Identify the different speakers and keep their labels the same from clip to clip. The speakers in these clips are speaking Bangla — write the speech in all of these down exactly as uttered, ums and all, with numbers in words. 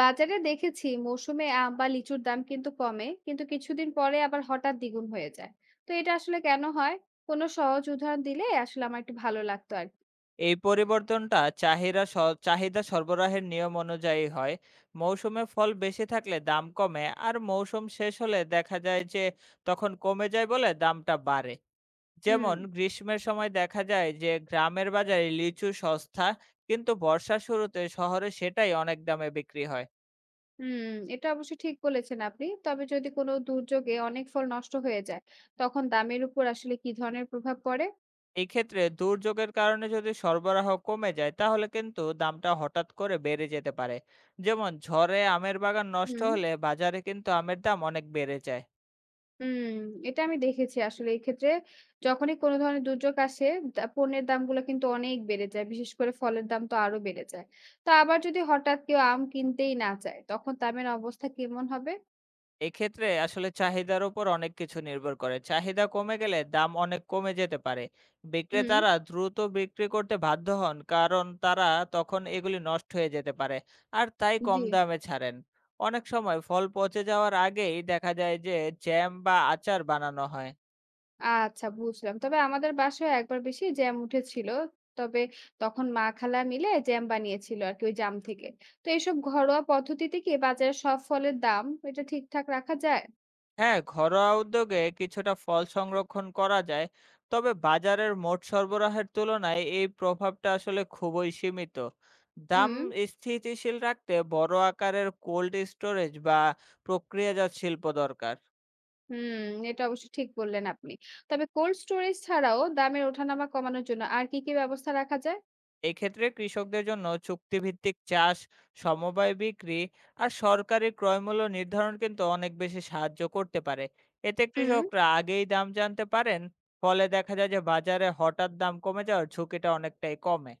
Speaker 1: বাজারে দেখেছি মৌসুমে আম বা লিচুর দাম কিন্তু কমে কিন্তু কিছুদিন পরে আবার হঠাৎ দ্বিগুণ হয়ে যায়। তো এটা আসলে কেন হয়? কোনো সহজ উদাহরণ দিলে আসলে আমার একটু ভালো লাগতো আর কি।
Speaker 2: এই পরিবর্তনটা চাহিদা স- চাহিদা সরবরাহের নিয়ম অনুযায়ী হয়। মৌসুমে ফল বেশি থাকলে দাম কমে, আর মৌসুম শেষ হলে দেখা যায় যে তখন কমে যায় বলে দামটা বাড়ে।
Speaker 1: হুম।
Speaker 2: যেমন গ্রীষ্মের সময় দেখা যায় যে গ্রামের বাজারে লিচু সস্তা, কিন্তু বর্ষার শুরুতে শহরে সেটাই অনেক দামে বিক্রি হয়।
Speaker 1: হুম। এটা অবশ্য ঠিক বলেছেন আপনি, তবে যদি কোনো দুর্যোগে অনেক ফল নষ্ট হয়ে যায়, তখন দামের উপর আসলে কি ধরনের প্রভাব পড়ে?
Speaker 2: এই ক্ষেত্রে দুর্যোগের কারণে যদি সরবরাহ কমে যায়, তাহলে কিন্তু দামটা হঠাৎ করে বেড়ে যেতে পারে। যেমন ঝড়ে আমের বাগান নষ্ট
Speaker 1: হুম।
Speaker 2: হলে বাজারে কিন্তু আমের দাম অনেক বেড়ে যায়।
Speaker 1: হুম, এটা আমি দেখেছি আসলে। এক্ষেত্রে যখনই কোনো ধরনের দুর্যোগ আসে, দা পণ্যের দামগুলো কিন্তু অনেক বেড়ে যায়। বিশেষ করে ফলের দাম তো আরো বেড়ে যায়। তো আবার যদি হঠাৎ কেউ আম কিনতেই না চায়, তখন দামের অবস্থা কেমন হবে?
Speaker 2: এক্ষেত্রে আসলে চাহিদার উপর অনেক কিছু নির্ভর করে। চাহিদা কমে গেলে দাম অনেক কমে যেতে পারে।
Speaker 1: হুম।
Speaker 2: বিক্রেতারা দ্রুত বিক্রি করতে বাধ্য হন, কারণ তারা তখন এগুলি নষ্ট হয়ে যেতে পারে, আর তাই
Speaker 1: জি,
Speaker 2: কম দামে ছাড়েন। অনেক সময় ফল পচে যাওয়ার আগেই দেখা যায় যে জ্যাম বা আচার বানানো হয়।
Speaker 1: আচ্ছা, বুঝলাম। তবে আমাদের বাসায় একবার বেশি জ্যাম উঠেছিল। তবে তখন মা খালা মিলে জ্যাম বানিয়েছিল আরকি ওই জাম থেকে। তো এসব ঘরোয়া পদ্ধতিতে কি বাজারের সব ফলের দাম এটা ঠিকঠাক রাখা যায়?
Speaker 2: হ্যাঁ, ঘরোয়া উদ্যোগে কিছুটা ফল সংরক্ষণ করা যায়। তবে বাজারের মোট সরবরাহের তুলনায় এই প্রভাবটা আসলে খুবই সীমিত। দাম
Speaker 1: হুম।
Speaker 2: স্থিতিশীল রাখতে বড় আকারের কোল্ড স্টোরেজ বা প্রক্রিয়াজাত শিল্প দরকার।
Speaker 1: হুম, এটা অবশ্য ঠিক বললেন আপনি। তবে কোল্ড স্টোরেজ ছাড়াও দামের ওঠানামা কমানোর জন্য আর কি, কি ব্যবস্থা রাখা যায়?
Speaker 2: এক্ষেত্রে কৃষকদের জন্য চুক্তিভিত্তিক চাষ, সমবায় বিক্রি আর সরকারি ক্রয়মূল্য নির্ধারণ কিন্তু অনেক বেশি সাহায্য করতে পারে। এতে
Speaker 1: হুম।
Speaker 2: কৃষকরা আগেই দাম জানতে পারেন। ফলে দেখা যায় যে বাজারে হঠাৎ দাম কমে যাওয়ার ঝুঁকিটা অনেকটাই কমে।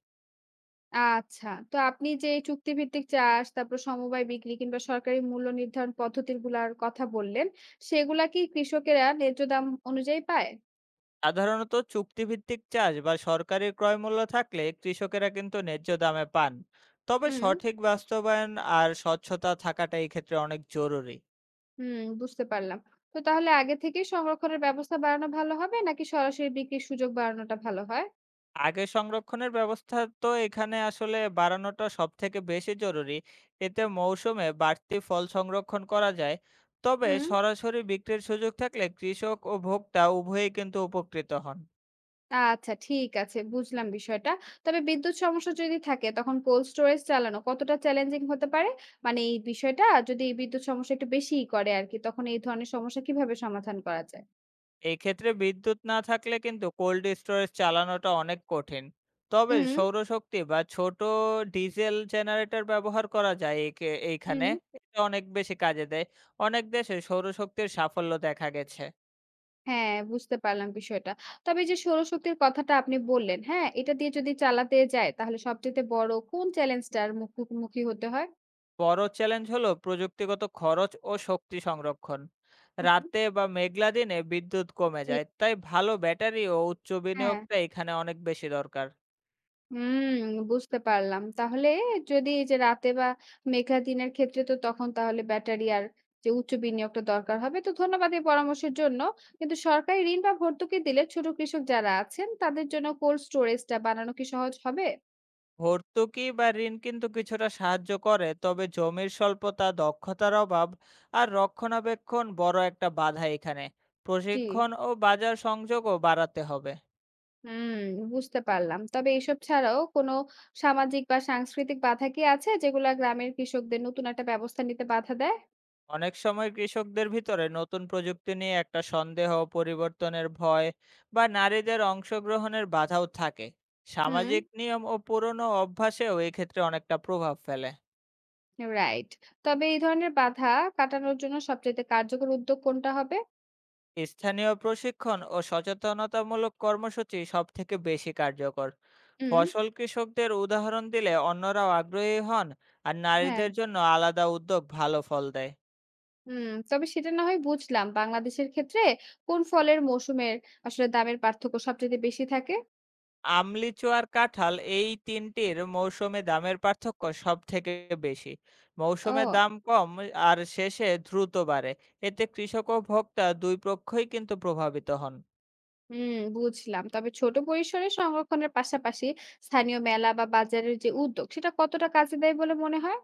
Speaker 1: আচ্ছা। তো আপনি যে এই চুক্তিভিত্তিক চাষ, তারপর সমবায় বিক্রি কিংবা সরকারি মূল্য নির্ধারণ পদ্ধতিগুলার কথা বললেন, সেগুলা কি কৃষকেরা ন্যায্য দাম অনুযায়ী পায়?
Speaker 2: সাধারণত চুক্তিভিত্তিক চাষ বা সরকারি ক্রয়মূল্য থাকলে কৃষকেরা কিন্তু ন্যায্য দামে পান। তবে
Speaker 1: হুম।
Speaker 2: সঠিক বাস্তবায়ন আর স্বচ্ছতা থাকাটা এই ক্ষেত্রে অনেক জরুরি।
Speaker 1: হুম, বুঝতে পারলাম। তো তাহলে আগে থেকেই সংরক্ষণের ব্যবস্থা বাড়ানো ভালো হবে নাকি সরাসরি বিক্রির সুযোগ বাড়ানোটা ভালো হয়?
Speaker 2: আগে সংরক্ষণের ব্যবস্থা তো এখানে আসলে বাড়ানোটা সব থেকে বেশি জরুরি। এতে মৌসুমে বাড়তি ফল সংরক্ষণ করা যায়। তবে
Speaker 1: হুম।
Speaker 2: সরাসরি বিক্রির সুযোগ থাকলে কৃষক ও ভোক্তা উভয়েই কিন্তু উপকৃত হন।
Speaker 1: আচ্ছা, ঠিক আছে, বুঝলাম বিষয়টা। তবে বিদ্যুৎ সমস্যা যদি থাকে তখন কোল্ড স্টোরেজ চালানো কতটা চ্যালেঞ্জিং হতে পারে? মানে এই বিষয়টা যদি বিদ্যুৎ সমস্যা একটু বেশিই করে আরকি, তখন এই ধরনের সমস্যা কিভাবে সমাধান করা যায়?
Speaker 2: এক্ষেত্রে বিদ্যুৎ না থাকলে কিন্তু কোল্ড স্টোরেজ চালানোটা অনেক কঠিন। তবে
Speaker 1: উম
Speaker 2: সৌরশক্তি বা ছোট ডিজেল জেনারেটর ব্যবহার করা যায় একে-
Speaker 1: হুম,
Speaker 2: এইখানে। এটা অনেক বেশি কাজে দেয়। অনেক দেশে সৌরশক্তির সাফল্য দেখা গেছে।
Speaker 1: হ্যাঁ, বুঝতে পারলাম বিষয়টা। তবে এই যে সৌরশক্তির কথাটা আপনি বললেন, হ্যাঁ? এটা দিয়ে যদি চালাতে যায় তাহলে সবচাইতে বড় কোন চ্যালেঞ্জটার মুখোমুখি হতে হয়?
Speaker 2: বড় চ্যালেঞ্জ হলো প্রযুক্তিগত খরচ ও শক্তি সংরক্ষণ।
Speaker 1: হুম।
Speaker 2: রাতে বা মেঘলা দিনে বিদ্যুৎ কমে
Speaker 1: জি,
Speaker 2: যায়, তাই ভালো ব্যাটারি ও উচ্চ
Speaker 1: হ্যাঁ।
Speaker 2: বিনিয়োগটা এখানে অনেক বেশি দরকার।
Speaker 1: হুম, বুঝতে পারলাম। তাহলে যদি এই যে রাতে বা মেঘলা দিনের ক্ষেত্রে তো তখন তাহলে ব্যাটারি আর যে উচ্চ বিনিয়োগটা দরকার হবে। তো ধন্যবাদ এই পরামর্শের জন্য। কিন্তু সরকারি ঋণ বা ভর্তুকি দিলে ছোট কৃষক যারা আছেন তাদের জন্য কোল্ড স্টোরেজটা বানানো কি সহজ হবে?
Speaker 2: ভর্তুকি বা ঋণ কিন্তু কিছুটা সাহায্য করে, তবে জমির স্বল্পতা, দক্ষতার অভাব আর রক্ষণাবেক্ষণ বড় একটা বাধা এখানে।
Speaker 1: জি।
Speaker 2: প্রশিক্ষণ ও বাজার সংযোগও বাড়াতে হবে।
Speaker 1: হুম, বুঝতে পারলাম। তবে এসব ছাড়াও কোনো সামাজিক বা সাংস্কৃতিক বাধা কি আছে যেগুলা গ্রামের কৃষকদের নতুন একটা ব্যবস্থা নিতে বাধা দেয়?
Speaker 2: অনেক সময় কৃষকদের ভিতরে নতুন প্রযুক্তি নিয়ে একটা সন্দেহ, পরিবর্তনের ভয় বা নারীদের অংশগ্রহণের বাধাও থাকে।
Speaker 1: হুম,
Speaker 2: সামাজিক নিয়ম ও পুরনো অভ্যাসেও এক্ষেত্রে অনেকটা প্রভাব ফেলে।
Speaker 1: রাইট। তবে এই ধরনের বাধা কাটানোর জন্য সবচেয়ে কার্যকর উদ্যোগ কোনটা হবে?
Speaker 2: স্থানীয় প্রশিক্ষণ ও সচেতনতামূলক কর্মসূচি সব থেকে বেশি কার্যকর।
Speaker 1: হুম,
Speaker 2: ফসল কৃষকদের উদাহরণ দিলে অন্যরাও আগ্রহী হন, আর
Speaker 1: হ্যাঁ,
Speaker 2: নারীদের জন্য আলাদা উদ্যোগ ভালো ফল দেয়।
Speaker 1: হুম। তবে সেটা না হয় বুঝলাম। বাংলাদেশের ক্ষেত্রে কোন ফলের মৌসুমের আসলে দামের পার্থক্য সবচাইতে বেশি থাকে?
Speaker 2: আমলিচু আর কাঁঠাল এই তিনটির মৌসুমে দামের পার্থক্য সব থেকে বেশি। মৌসুমে
Speaker 1: ও।
Speaker 2: দাম কম, আর শেষে দ্রুত বাড়ে। এতে কৃষক ও ভোক্তা দুই পক্ষই কিন্তু প্রভাবিত হন।
Speaker 1: হুম, বুঝলাম। তবে ছোট পরিসরে সংরক্ষণের পাশাপাশি স্থানীয় মেলা বা বাজারের যে উদ্যোগ, সেটা কতটা কাজে দেয় বলে মনে হয়?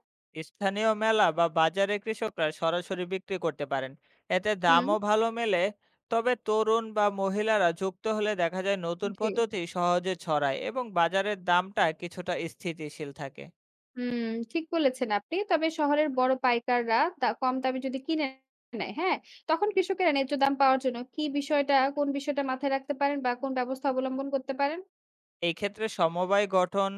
Speaker 2: স্থানীয় মেলা বা বাজারে কৃষকরা সরাসরি বিক্রি করতে পারেন, এতে
Speaker 1: হুম,
Speaker 2: দামও ভালো মেলে। তবে তরুণ বা মহিলারা যুক্ত হলে দেখা যায় নতুন
Speaker 1: জি।
Speaker 2: পদ্ধতি সহজে ছড়ায় এবং বাজারের দামটা কিছুটা স্থিতিশীল থাকে।
Speaker 1: হুম, ঠিক বলেছেন আপনি। তবে শহরের বড় পাইকাররা দা কম দামে যদি কিনে নেয়, হ্যাঁ? তখন কৃষকেরা ন্যায্য দাম পাওয়ার জন্য কি বিষয়টা কোন বিষয়টা মাথায় রাখতে পারেন বা কোন ব্যবস্থা অবলম্বন করতে পারেন?
Speaker 2: এই ক্ষেত্রে সমবায় গঠন,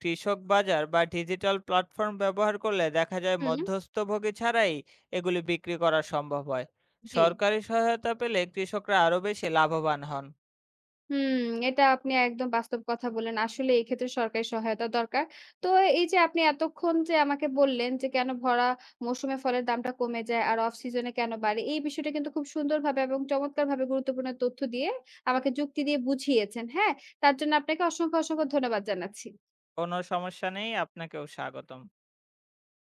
Speaker 2: কৃষক বাজার বা ডিজিটাল প্ল্যাটফর্ম ব্যবহার করলে দেখা যায়
Speaker 1: হুম,
Speaker 2: মধ্যস্থভোগী ছাড়াই এগুলি বিক্রি করা সম্ভব হয়।
Speaker 1: জি।
Speaker 2: সরকারি সহায়তা পেলে কৃষকরা আরও বেশি লাভবান হন।
Speaker 1: হুম, এটা আপনি একদম বাস্তব কথা বললেন। আসলে এই ক্ষেত্রে সরকারি সহায়তা দরকার। তো এই যে আপনি এতক্ষণ যে আমাকে বললেন যে কেন ভরা মৌসুমে ফলের দামটা কমে যায় আর অফ সিজনে কেন বাড়ে? এই বিষয়টা কিন্তু খুব সুন্দরভাবে এবং চমৎকারভাবে গুরুত্বপূর্ণ তথ্য দিয়ে আমাকে যুক্তি দিয়ে বুঝিয়েছেন। হ্যাঁ? তার জন্য আপনাকে অসংখ্য, অসংখ্য ধন্যবাদ জানাচ্ছি।
Speaker 2: কোনো সমস্যা নেই, আপনাকেও স্বাগতম।